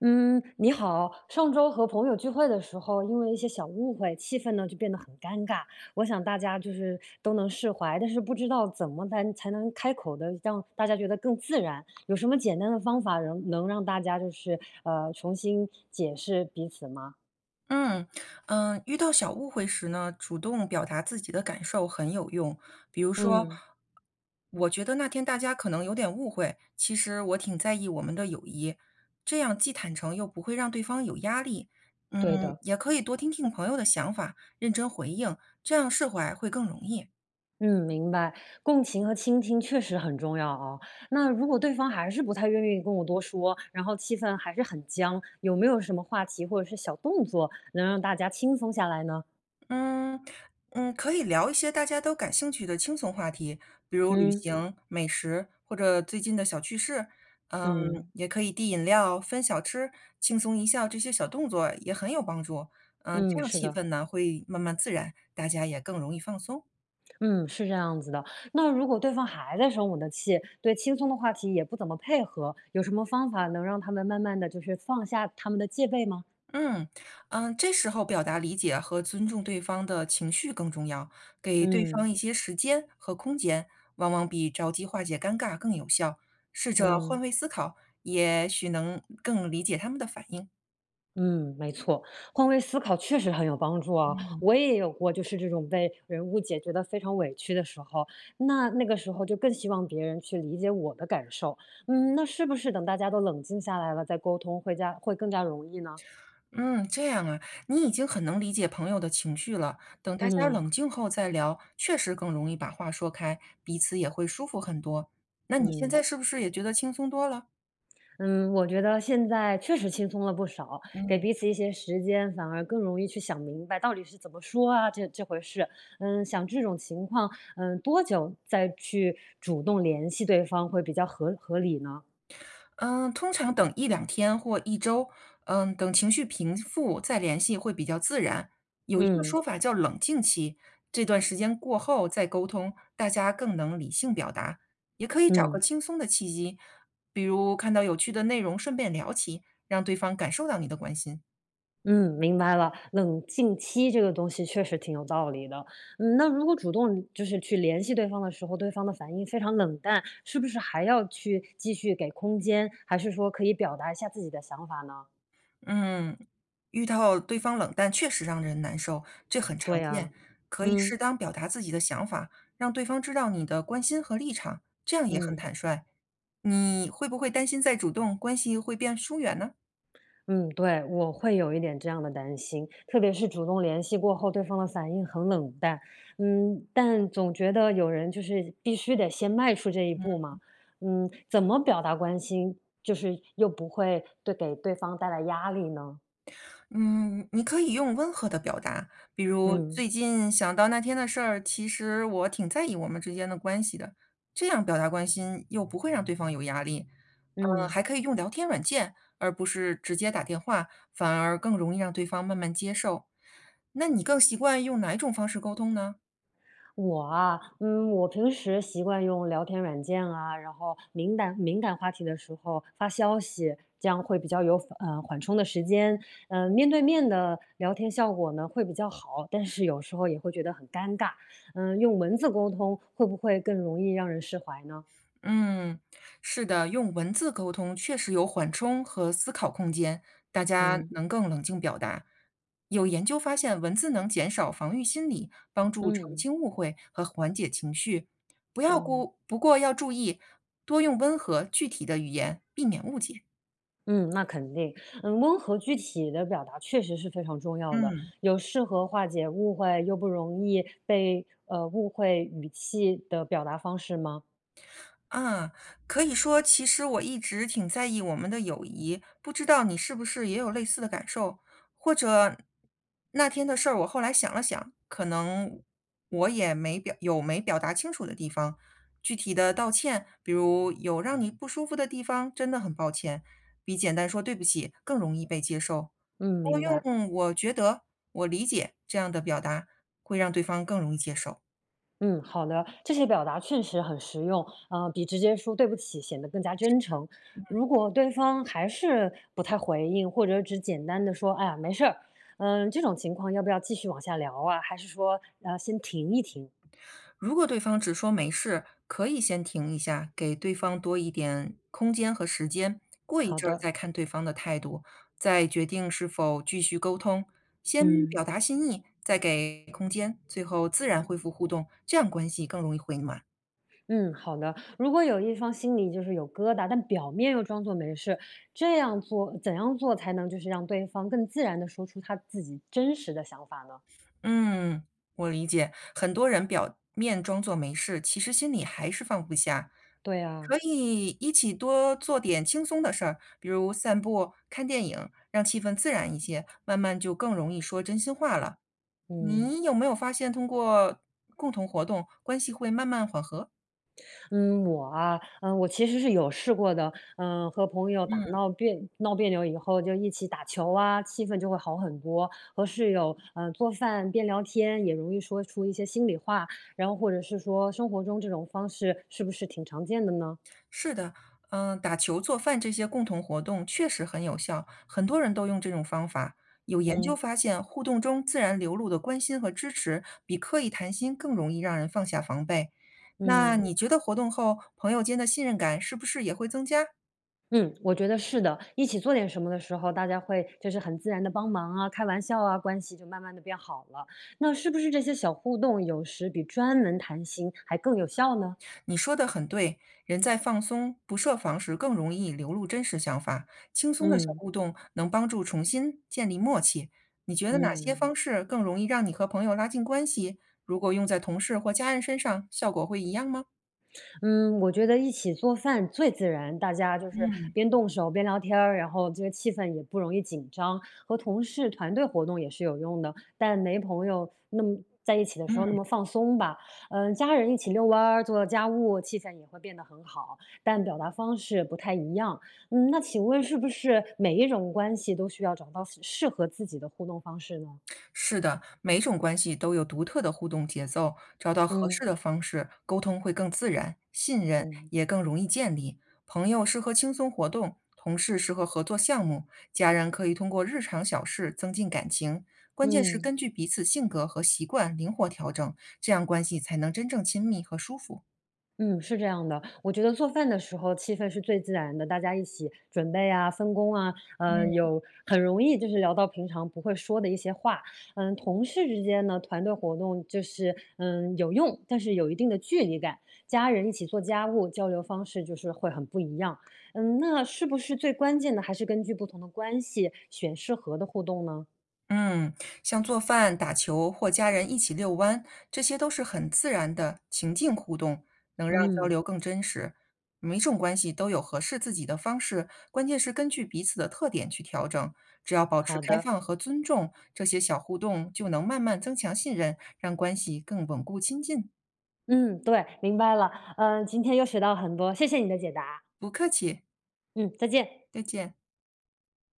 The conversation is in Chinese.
嗯，你好。上周和朋友聚会的时候，因为一些小误会，气氛呢就变得很尴尬。我想大家就是都能释怀，但是不知道怎么才能开口的，让大家觉得更自然。有什么简单的方法能让大家就是重新解释彼此吗？嗯遇到小误会时呢，主动表达自己的感受很有用。比如说，嗯，我觉得那天大家可能有点误会，其实我挺在意我们的友谊，这样既坦诚又不会让对方有压力。对嗯，的。也可以多听听朋友的想法，认真回应，这样释怀会更容易。嗯，明白。共情和倾听确实很重要啊。那如果对方还是不太愿意跟我多说，然后气氛还是很僵，有没有什么话题或者是小动作能让大家轻松下来呢？嗯可以聊一些大家都感兴趣的轻松话题，比如旅嗯行、美食或者最近的小趣事。嗯，嗯也可以递饮料、分小吃、轻松一笑，这些小动作也很有帮助。嗯，这嗯，样是气的，氛呢会慢慢自然，大家也更容易放松。嗯，是这样子的。那如果对方还在生我的气，对轻松的话题也不怎么配合，有什么方法能让他们慢慢的就是放下他们的戒备吗？嗯，这时候表达理解和尊重对方的情绪更重要，给对方嗯一些时间和空间，往往比着急化解尴尬更有效。试着换嗯。位思考，也许能更理解他们的反应。嗯，没错，换位思考确实很有帮助啊。嗯，我也有过，就是这种被人误解，觉得非常委屈的时候，那个时候就更希望别人去理解我的感受。嗯，那是不是等大家都冷静下来了再沟通，会更加容易呢？嗯，这样啊，你已经很能理解朋友的情绪了。等大家嗯冷静后再聊，确实更容易把话说开，彼此也会舒服很多。那你现嗯。在是不是也觉得轻松多了？嗯，我觉得现在确实轻松了不少，给嗯。彼此一些时间，反而更容易去想明白到底是怎么说啊，这回事。嗯，想这种情况，嗯，多久再去主动联系对方会比较合理呢？嗯，通常等一两天或一周，嗯，等情绪平复再联系会比较自然。有一个嗯说法叫冷静期，这段时间过后再沟通，大家更能理性表达。也可以找个嗯轻松的契机，比如看到有趣的内容，顺便聊起，让对方感受到你的关心。嗯，明白了。冷静期这个东西确实挺有道理的。嗯，那如果主动就是去联系对方的时候，对方的反应非常冷淡，是不是还要去继续给空间，还是说可以表达一下自己的想法呢？嗯，遇到对方冷淡确实让人难受，这很对常见。呀，可以嗯适当表达自己的想法，让对方知道你的关心和立场，这样也很嗯坦率。你会不会担心再主动，关系会变疏远呢？嗯，对，我会有一点这样的担心，特别是主动联系过后，对方的反应很冷淡，嗯，但总觉得有人就是必须得先迈出这一步嘛，嗯，怎么表达关心，就是又不会对给对方带来压力呢？嗯，你可以用温和的表达，比如嗯最近想到那天的事儿，其实我挺在意我们之间的关系的，这样表达关心又不会让对方有压力。嗯，嗯。还可以用聊天软件，而不是直接打电话，反而更容易让对方慢慢接受。那你更习惯用哪一种方式沟通呢？我啊，嗯，我平时习惯用聊天软件啊，然后敏感话题的时候发消息，这样会比较有缓冲的时间。嗯、面对面的聊天效果呢会比较好，但是有时候也会觉得很尴尬。嗯、用文字沟通会不会更容易让人释怀呢？嗯，是的，用文字沟通确实有缓冲和思考空间，大家嗯能更冷静表达。有研究发现，文字能减少防御心理，帮助澄嗯清误会和缓解情绪。嗯。不过要注意，多用温和具体的语言，避免误解。嗯，那肯定。嗯，温和具体的表达确实是非常重要的，嗯。有适合化解误会又不容易被误会语气的表达方式吗？嗯，可以说，其实我一直挺在意我们的友谊，不知道你是不是也有类似的感受？或者那天的事儿，我后来想了想，可能我也没表，有没表达清楚的地方，具体的道歉，比如有让你不舒服的地方，真的很抱歉，比简单说对不起更容易被接受。嗯，多明白。用我觉得、我理解这样的表达，会让对方更容易接受。嗯，好的，这些表达确实很实用，比直接说对不起显得更加真诚。如果对方还是不太回应，或者只简单的说“哎呀，没事儿”，嗯，这种情况要不要继续往下聊啊？还是说先停一停？如果对方只说没事，可以先停一下，给对方多一点空间和时间，过一好阵儿的，再看对方的态度，再决定是否继续沟通。先嗯。表达心意，再给空间，最后自然恢复互动，这样关系更容易回暖。嗯，好的。如果有一方心里就是有疙瘩，但表面又装作没事，这样做怎样做才能就是让对方更自然的说出他自己真实的想法呢？嗯，我理解，很多人表面装作没事，其实心里还是放不下。对啊，可以一起多做点轻松的事儿，比如散步、看电影，让气氛自然一些，慢慢就更容易说真心话了。嗯你有没有发现，通过共同活动，关系会慢慢缓和？嗯，我啊，嗯，我其实是有试过的，嗯，和朋友打嗯。闹别闹别扭以后，就一起打球啊，气氛就会好很多。和室友，嗯，做饭边聊天，也容易说出一些心里话，然后或者是说生活中这种方式是不是挺常见的呢？是的，嗯，打球、做饭这些共同活动确实很有效，很多人都用这种方法。有研究嗯发现，互动中自然流露的关心和支持，比刻意谈心更容易让人放下防备。那嗯。你觉得活动后，朋友间的信任感是不是也会增加？嗯，我觉得是的。一起做点什么的时候，大家会就是很自然的帮忙啊、开玩笑啊，关系就慢慢的变好了。那是不是这些小互动有时比专门谈心还更有效呢？你说的很对，人在放松、不设防时更容易流露真实想法。轻松的小嗯，互动能帮助重新建立默契。你觉得哪些嗯。方式更容易让你和朋友拉近关系？如果用在同事或家人身上，效果会一样吗？嗯，我觉得一起做饭最自然，大家就是嗯。边动手边聊天儿，然后这个气氛也不容易紧张。和同事团队活动也是有用的，但没朋友那么在一起的时候那嗯。么放松吧。嗯，家人一起遛弯儿、做家务，气氛也会变得很好，但表达方式不太一样。嗯，那请问是不是每一种关系都需要找到适合自己的互动方式呢？是的，每种关系都有独特的互动节奏，找到合适嗯的方式，沟通会更自然，信任嗯也更容易建立。朋友适合轻松活动，同事适合合作项目，家人可以通过日常小事增进感情。关键是嗯。根据彼此性格和习惯灵活调整，这样关系才能真正亲密和舒服。嗯，是这样的，我觉得做饭的时候气氛是最自然的，大家一起准备啊、分工啊，有很容易就是聊到平常不会说的一些话。嗯，同事之间呢，团队活动就是嗯有用，但是有一定的距离感。家人一起做家务，交流方式就是会很不一样。嗯，那是不是最关键的还是根据不同的关系选适合的互动呢？嗯，像做饭、打球或家人一起遛弯，这些都是很自然的情境互动，能让交嗯，流更真实。每种关系都有合适自己的方式，关键是根据彼此的特点去调整。只要保持好开的，放和尊重，这些小互动就能慢慢增强信任，让关系更稳固亲近。嗯，对，明白了。嗯，今天又学到很多，谢谢你的解答。不客气，嗯，再见。再见。